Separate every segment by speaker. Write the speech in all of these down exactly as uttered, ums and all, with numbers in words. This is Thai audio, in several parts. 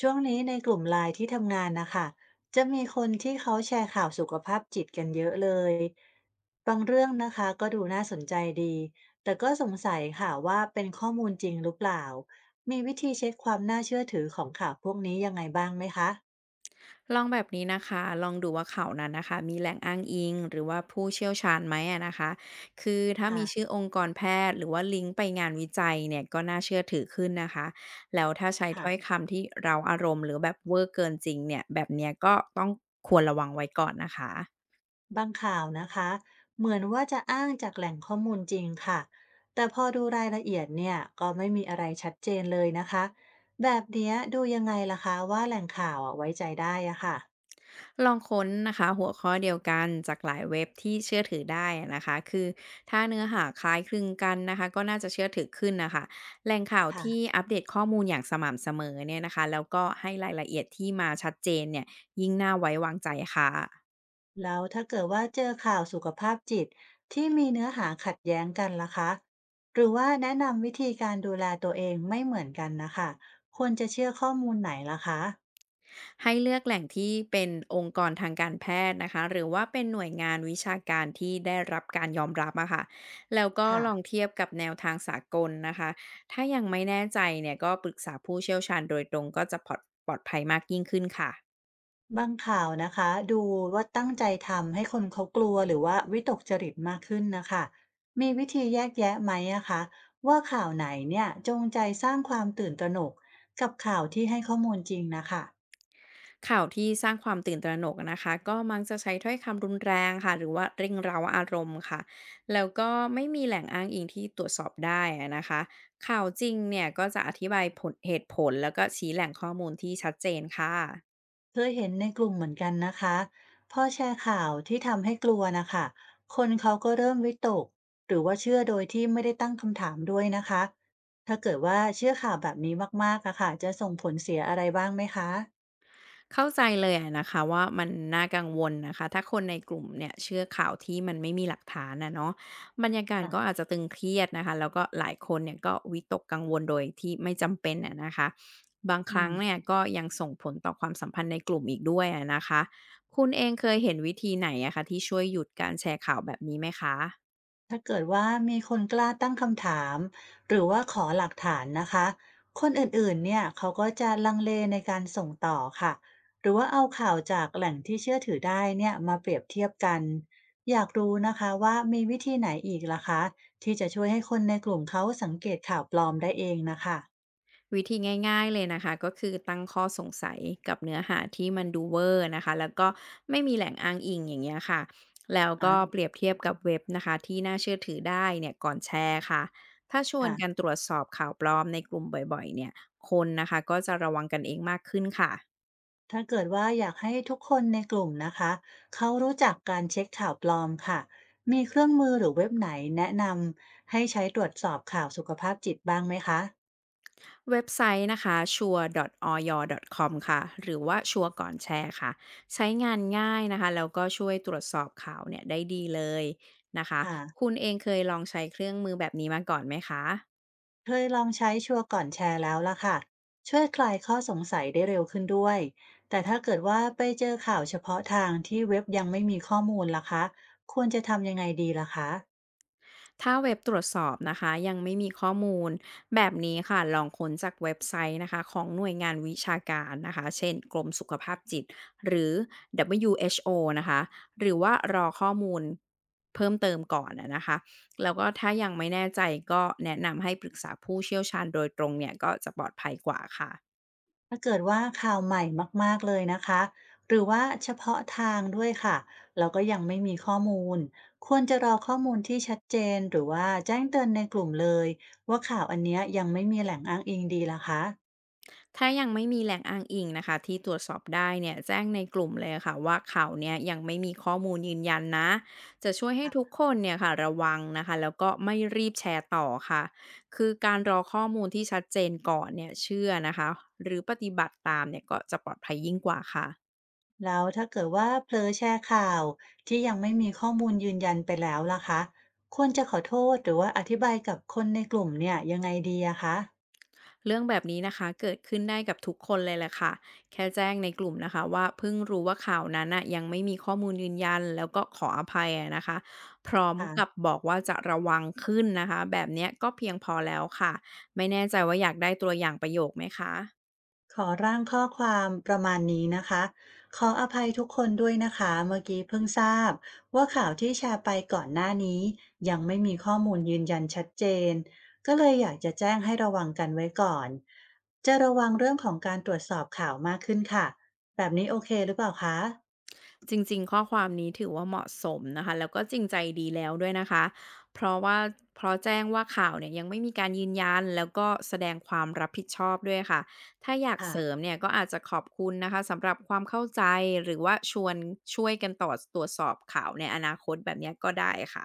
Speaker 1: ช่วงนี้ในกลุ่มไลน์ที่ทำงานนะคะจะมีคนที่เขาแชร์ข่าวสุขภาพจิตกันเยอะเลยบางเรื่องนะคะก็ดูน่าสนใจดีแต่ก็สงสัยค่ะว่าเป็นข้อมูลจริงหรือเปล่ามีวิธีเช็คความน่าเชื่อถือของข่าวพวกนี้ยังไงบ้างไหมคะ
Speaker 2: ลองแบบนี้นะคะ ลองดูว่าเขานั้นนะคะมีแหล่งอ้างอิงหรือว่าผู้เชี่ยวชาญไหมอะนะคะ คือถ้ามีชื่อ
Speaker 1: ค่ะ
Speaker 2: องค์กรแพทย์หรือว่าลิงก์ไปงานวิจัยเนี่ยก็น่าเชื่อถือขึ้นนะคะ แล้วถ้าใช้ถ้อย
Speaker 1: ค่ะ
Speaker 2: คำที่เราอารมณ์หรือแบบเวอร์เกินจริงเนี่ยแบบเนี้ยก็ต้องควรระวังไว้ก่อนนะคะ
Speaker 1: บางข่าวนะคะเหมือนว่าจะอ้างจากแหล่งข้อมูลจริงค่ะแต่พอดูรายละเอียดเนี่ยก็ไม่มีอะไรชัดเจนเลยนะคะแบบเนี้ยดูยังไงล่ะคะว่าแหล่งข่าวอะไว้ใจได้อะค่ะ
Speaker 2: ลองค้นนะคะหัวข้อเดียวกันจากหลายเว็บที่เชื่อถือได้นะคะคือถ้าเนื้อหาคล้ายคลึงกันนะคะก็น่าจะเชื่อถือขึ้นนะคะแหล่งข่าวที่
Speaker 1: ค่ะ
Speaker 2: อัปเดตข้อมูลอย่างสม่ำเสมอเนี่ยนะคะแล้วก็ให้รายละเอียดที่มาชัดเจนเนี่ยยิ่งน่าไว้วางใจค่ะ
Speaker 1: แล้วถ้าเกิดว่าเจอข่าวสุขภาพจิตที่มีเนื้อหาขัดแย้งกันล่ะคะหรือว่าแนะนำวิธีการดูแลตัวเองไม่เหมือนกันนะคะควรจะเชื่อข้อมูลไหนล่ะคะ
Speaker 2: ให้เลือกแหล่งที่เป็นองค์กรทางการแพทย์นะคะหรือว่าเป็นหน่วยงานวิชาการที่ได้รับการยอมรับอะค่ะแล้วก็ลอง
Speaker 1: ค่ะ
Speaker 2: เทียบกับแนวทางสากลนะคะถ้ายังไม่แน่ใจเนี่ยก็ปรึกษาผู้เชี่ยวชาญโดยตรงก็จะปลอดปลอดภัยมากยิ่งขึ้นค่ะ
Speaker 1: บางข่าวนะคะดูว่าตั้งใจทำให้คนเขากลัวหรือว่าวิตกจริตมากขึ้นนะคะมีวิธีแยกแยะไหมอะคะว่าข่าวไหนเนี่ยจงใจสร้างความตื่นตระหนกกับข่าวที่ให้ข้อมูลจริงนะคะ
Speaker 2: ข่าวที่สร้างความตื่นตระหนกอะนะคะก็มักจะใช้ถ้อยคำรุนแรงค่ะหรือว่าเร่งเร้าอารมณ์ค่ะแล้วก็ไม่มีแหล่งอ้างอิงที่ตรวจสอบได้อะนะคะข่าวจริงเนี่ยก็จะอธิบายผลเหตุผลแล้วก็ชี้แหล่งข้อมูลที่ชัดเจนค่ะ
Speaker 1: เคยเห็นในกลุ่มเหมือนกันนะคะพอแชร์ข่าวที่ทำให้กลัวนะคะคนเขาก็เริ่มวิตกหรือว่าเชื่อโดยที่ไม่ได้ตั้งคำถามด้วยนะคะถ้าเกิดว่าเชื่อข่าวแบบนี้มากๆอะค่ะจะส่งผลเสียอะไรบ้างไหมคะ
Speaker 2: เข้าใจเลยอะนะคะว่ามันน่ากังวลนะคะถ้าคนในกลุ่มเนี่ยเชื่อข่าวที่มันไม่มีหลักฐานนะเนาะบรรยากาศก็
Speaker 1: ค่ะ
Speaker 2: อาจจะตึงเครียดนะคะแล้วก็หลายคนเนี่ยก็วิตกกังวลโดยที่ไม่จำเป็นอะนะคะบางค
Speaker 1: อื
Speaker 2: รั้
Speaker 1: ม
Speaker 2: งเนี่ยก็ยังส่งผลต่อความสัมพันธ์ในกลุ่มอีกด้วยอะนะคะคุณเองเคยเห็นวิธีไหนอะคะที่ช่วยหยุดการแชร์ข่าวแบบนี้ไหมคะ
Speaker 1: ถ้าเกิดว่ามีคนกล้าตั้งคำถามหรือว่าขอหลักฐานนะคะคนอื่นๆเนี่ยเขาก็จะลังเลในการส่งต่อค่ะหรือว่าเอาข่าวจากแหล่งที่เชื่อถือได้เนี่ยมาเปรียบเทียบกันอยากรู้นะคะว่ามีวิธีไหนอีกล่ะคะที่จะช่วยให้คนในกลุ่มเขาสังเกตข่าวปลอมได้เองนะคะ
Speaker 2: วิธีง่ายๆเลยนะคะก็คือตั้งข้อสงสัยกับเนื้อหาที่มันดูเวอร์นะคะแล้วก็ไม่มีแหล่งอ้างอิงอย่างเงี้ยค่ะแล้ว
Speaker 1: อ่
Speaker 2: ก็เป
Speaker 1: า
Speaker 2: รียบเทียบกับเว็บนะคะที่น่าเชื่อถือได้เนี่ยก่อนแชร์ค่ะถ้าชวนกัน
Speaker 1: ค่ะ
Speaker 2: ตรวจสอบข่าวปลอมในกลุ่มบ่อยๆเนี่ยคนนะคะก็จะระวังกันเองมากขึ้นค่ะ
Speaker 1: ถ้าเกิดว่าอยากให้ทุกคนในกลุ่มนะคะเขารู้จักการเช็คข่าวปลอมค่ะมีเครื่องมือหรือเว็บไหนแนะนำให้ใช้ตรวจสอบข่าวสุขภาพจิตบ้างไหมคะ
Speaker 2: เว็บไซต์นะคะ sure.โอ วาย ดอท คอม คอมค่ะ หรือว่าชัวร์ก่อนแชร์ค่ะ ใช้งานง่ายนะคะ แล้วก็ช่วยตรวจสอบข่าวเนี่ยได้ดีเลยนะคะ
Speaker 1: อ่า
Speaker 2: คุณเองเคยลองใช้เครื่องมือแบบนี้มาก่อนไหมคะ
Speaker 1: เคยลองใช้ชัวร์ก่อนแชร์แล้วละค่ะช่วยคลายข้อสงสัยได้เร็วขึ้นด้วยแต่ถ้าเกิดว่าไปเจอข่าวเฉพาะทางที่เว็บยังไม่มีข้อมูลล่ะคะควรจะทำยังไงดีล่ะคะ
Speaker 2: ถ้าเว็บตรวจสอบนะคะยังไม่มีข้อมูลแบบนี้ค่ะลองค้นจากเว็บไซต์นะคะของหน่วยงานวิชาการนะคะเช่นกรมสุขภาพจิตหรือ ดับเบิลยู เอช โอ นะคะหรือว่ารอข้อมูลเพิ่มเติมก่อนนะนะคะแล้วก็ถ้ายังไม่แน่ใจก็แนะนำให้ปรึกษาผู้เชี่ยวชาญโดยตรงเนี่ยก็จะปลอดภัยกว่าค่ะ
Speaker 1: ถ้าเกิดว่าข่าวใหม่มากๆเลยนะคะหรือว่าเฉพาะทางด้วยค่ะแล้วก็ยังไม่มีข้อมูล ควรจะรอข้อมูลที่ชัดเจน หรือว่าแจ้งเตือนในกลุ่มเลยว่าข่าวอันเนี้ยยังไม่มีแหล่งอ้างอิงดีล่ะคะ
Speaker 2: ถ้ายังไม่มีแหล่งอ้างอิงนะคะที่ตรวจสอบได้เนี่ยแจ้งในกลุ่มเลยค่ะว่าข่าวเนี่ยยังไม่มีข้อมูลยืนยันนะจะช่วยให้ทุกคนเนี่ยค่ะระวังนะคะแล้วก็ไม่รีบแชร์ต่อค่ะคือการรอข้อมูลที่ชัดเจนก่อนเนี่ยเชื่อนะคะหรือปฏิบัติตามเนี่ยก็จะปลอดภัยยิ่งกว่าค่ะ
Speaker 1: แล้วถ้าเกิดว่าเผลอแชร์ข่าวที่ยังไม่มีข้อมูลยืนยันไปแล้วล่ะคะควรจะขอโทษหรือว่าอธิบายกับคนในกลุ่มเนี่ยยังไงดีอะคะ
Speaker 2: เรื่องแบบนี้นะคะเกิดขึ้นได้กับทุกคนเลยแหละค่ะแค่แจ้งในกลุ่มนะคะว่าเพิ่งรู้ว่าข่าวนั้นน่ะยังไม่มีข้อมูลยืนยันแล้วก็ขออภัยอะนะคะพร้อมกับ
Speaker 1: ะ
Speaker 2: บอกว่าจะระวังขึ้นนะคะแบบเนี้ยก็เพียงพอแล้วค่ะไม่แน่ใจว่าอยากได้ตัวอย่างประโยคไหมคะ
Speaker 1: ขอร่างข้อความประมาณนี้นะคะขออภัยทุกคนด้วยนะคะเมื่อกี้เพิ่งทราบว่าข่าวที่แชร์ไปก่อนหน้านี้ยังไม่มีข้อมูลยืนยันชัดเจนก็เลยอยากจะแจ้งให้ระวังกันไว้ก่อนจะระวังเรื่องของการตรวจสอบข่าวมากขึ้นค่ะแบบนี้โอเคหรือเปล่าคะ
Speaker 2: จริงๆข้อความนี้ถือว่าเหมาะสมนะคะแล้วก็จริงใจดีแล้วด้วยนะคะเพราะว่าเพราะแจ้งว่าข่าวเนี่ยยังไม่มีการยืนยันแล้วก็แสดงความรับผิดชอบด้วยค่ะถ้าอยากเสริม
Speaker 1: ค่ะ
Speaker 2: เนี่ยก็อาจจะขอบคุณนะคะสำหรับความเข้าใจหรือว่าชวนช่วยกันต่อตรวจสอบข่าวในอนาคตแบบเนี้ยก็ได้ค่ะ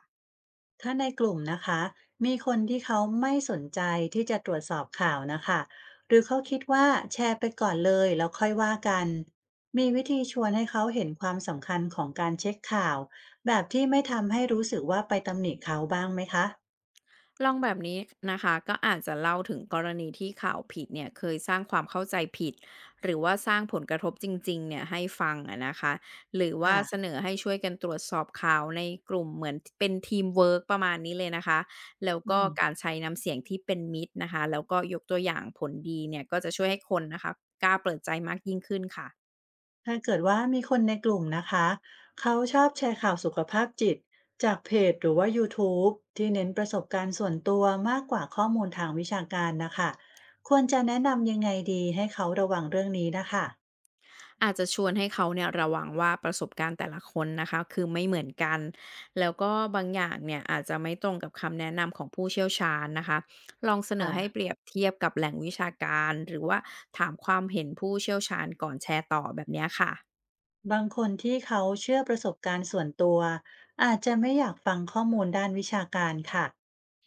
Speaker 1: ถ้าในกลุ่มนะคะมีคนที่เขาไม่สนใจที่จะตรวจสอบข่าวนะคะหรือเขาคิดว่าแชร์ไปก่อนเลยแล้วค่อยว่ากันมีวิธีชวนให้เขาเห็นความสำคัญของการเช็คข่าวแบบที่ไม่ทำให้รู้สึกว่าไปตำหนิเขาบ้างไหมคะ
Speaker 2: ลองแบบนี้นะคะก็อาจจะเล่าถึงกรณีที่ข่าวผิดเนี่ยเคยสร้างความเข้าใจผิดหรือว่าสร้างผลกระทบจริงๆเนี่ยให้ฟังอะนะคะหรือว่าเส
Speaker 1: ค่ะ
Speaker 2: นอให้ช่วยกันตรวจสอบข่าวในกลุ่มเหมือนเป็นทีมเวิร์กประมาณนี้เลยนะคะแล้ว
Speaker 1: อื
Speaker 2: ก็
Speaker 1: ม
Speaker 2: การใช้น้ำเสียงที่เป็นมิตรนะคะแล้วก็ยกตัวอย่างผลดีเนี่ยก็จะช่วยให้คนนะคะกล้าเปิดใจมากยิ่งขึ้นค่ะ
Speaker 1: ถ้าเกิดว่ามีคนในกลุ่มนะคะเขาชอบแชร์ข่าวสุขภาพจิตจากเพจหรือว่า ยู ทูบ ทบที่เน้นประสบการณ์ส่วนตัวมากกว่าข้อมูลทางวิชาการนะคะควรจะแนะนำยังไงดีให้เขาระวังเรื่องนี้นะคะ
Speaker 2: อาจจะชวนให้เขาเนี่ยระวังว่าประสบการณ์แต่ละคนนะคะคือไม่เหมือนกันแล้วก็บางอย่างเนี่ยอาจจะไม่ตรงกับคำแนะนำของผู้เชี่ยวชาญนะคะลองเสนอให้เป
Speaker 1: ค่ะ
Speaker 2: รียบเทียบกับแหล่งวิชาการหรือว่าถามความเห็นผู้เชี่ยวชาญก่อนแชร์ต่อแบบเนี้ยค่ะ
Speaker 1: บางคนที่เขาเชื่อประสบการณ์ส่วนตัวอาจจะไม่อยากฟังข้อมูลด้านวิชาการค่ะ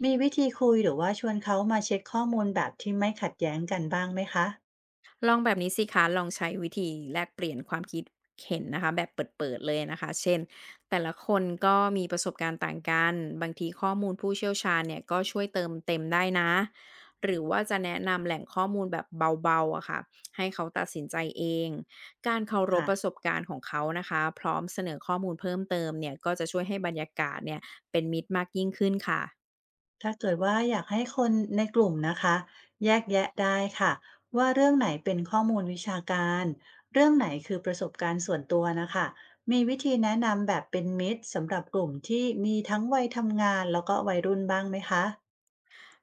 Speaker 1: มีวิธีคุยหรือว่าชวนเขามาเช็คข้อมูลแบบที่ไม่ขัดแย้งกันบ้างไหมคะ
Speaker 2: ลองแบบนี้สิคะลองใช้วิธีแลกเปลี่ยนความคิดเห็นนะคะแบบเปิดๆเลยนะคะเช่นแต่ละคนก็มีประสบการณ์ต่างกัน บางทีข้อมูลผู้เชี่ยวชาญเนี่ยก็ช่วยเติมเต็มได้นะหรือว่าจะแนะนำแหล่งข้อมูลแบบเบาๆอะค่ะให้เขาตัดสินใจเอง การเคารพ
Speaker 1: ค่ะ
Speaker 2: ประสบการณ์ของเขานะคะพร้อมเสนอข้อมูลเพิ่มเติมเนี่ยก็จะช่วยให้บรรยากาศเนี่ยเป็นมิตรมากยิ่งขึ้นค่ะ
Speaker 1: ถ้าเกิดว่าอยากให้คนในกลุ่มนะคะแยกแยะได้ค่ะว่าเรื่องไหนเป็นข้อมูลวิชาการเรื่องไหนคือประสบการณ์ส่วนตัวนะคะมีวิธีแนะนำแบบเป็นมิตรสำหรับกลุ่มที่มีทั้งวัยทำงานแล้วก็วัยรุ่นบ้างไหมคะ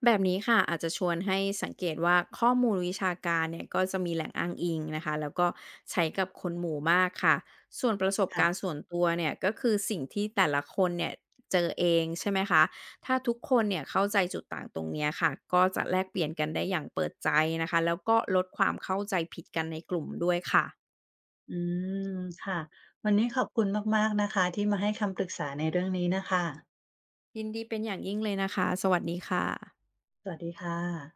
Speaker 2: แบบนี้ค่ะอาจจะชวนให้สังเกตว่าข้อมูลวิชาการเนี่ยก็จะมีแหล่งอ้างอิงนะคะแล้วก็ใช้กับคนหมู่มากค่ะส่วนประสบการณ์
Speaker 1: ค่ะ
Speaker 2: ส่วนตัวเนี่ยก็คือสิ่งที่แต่ละคนเนี่ยเจอเองใช่ไหมคะถ้าทุกคนเนี่ยเข้าใจจุดต่างตรงเนี้ยค่ะก็จะแลกเปลี่ยนกันได้อย่างเปิดใจนะคะแล้วก็ลดความเข้าใจผิดกันในกลุ่มด้วยค่ะ
Speaker 1: อืมค่ะวันนี้ขอบคุณมากๆนะคะที่มาให้คำปรึกษาในเรื่องนี้นะคะ
Speaker 2: ยินดีเป็นอย่างยิ่งเลยนะคะสวัสดีค่ะ
Speaker 1: สวัสดีค่ะ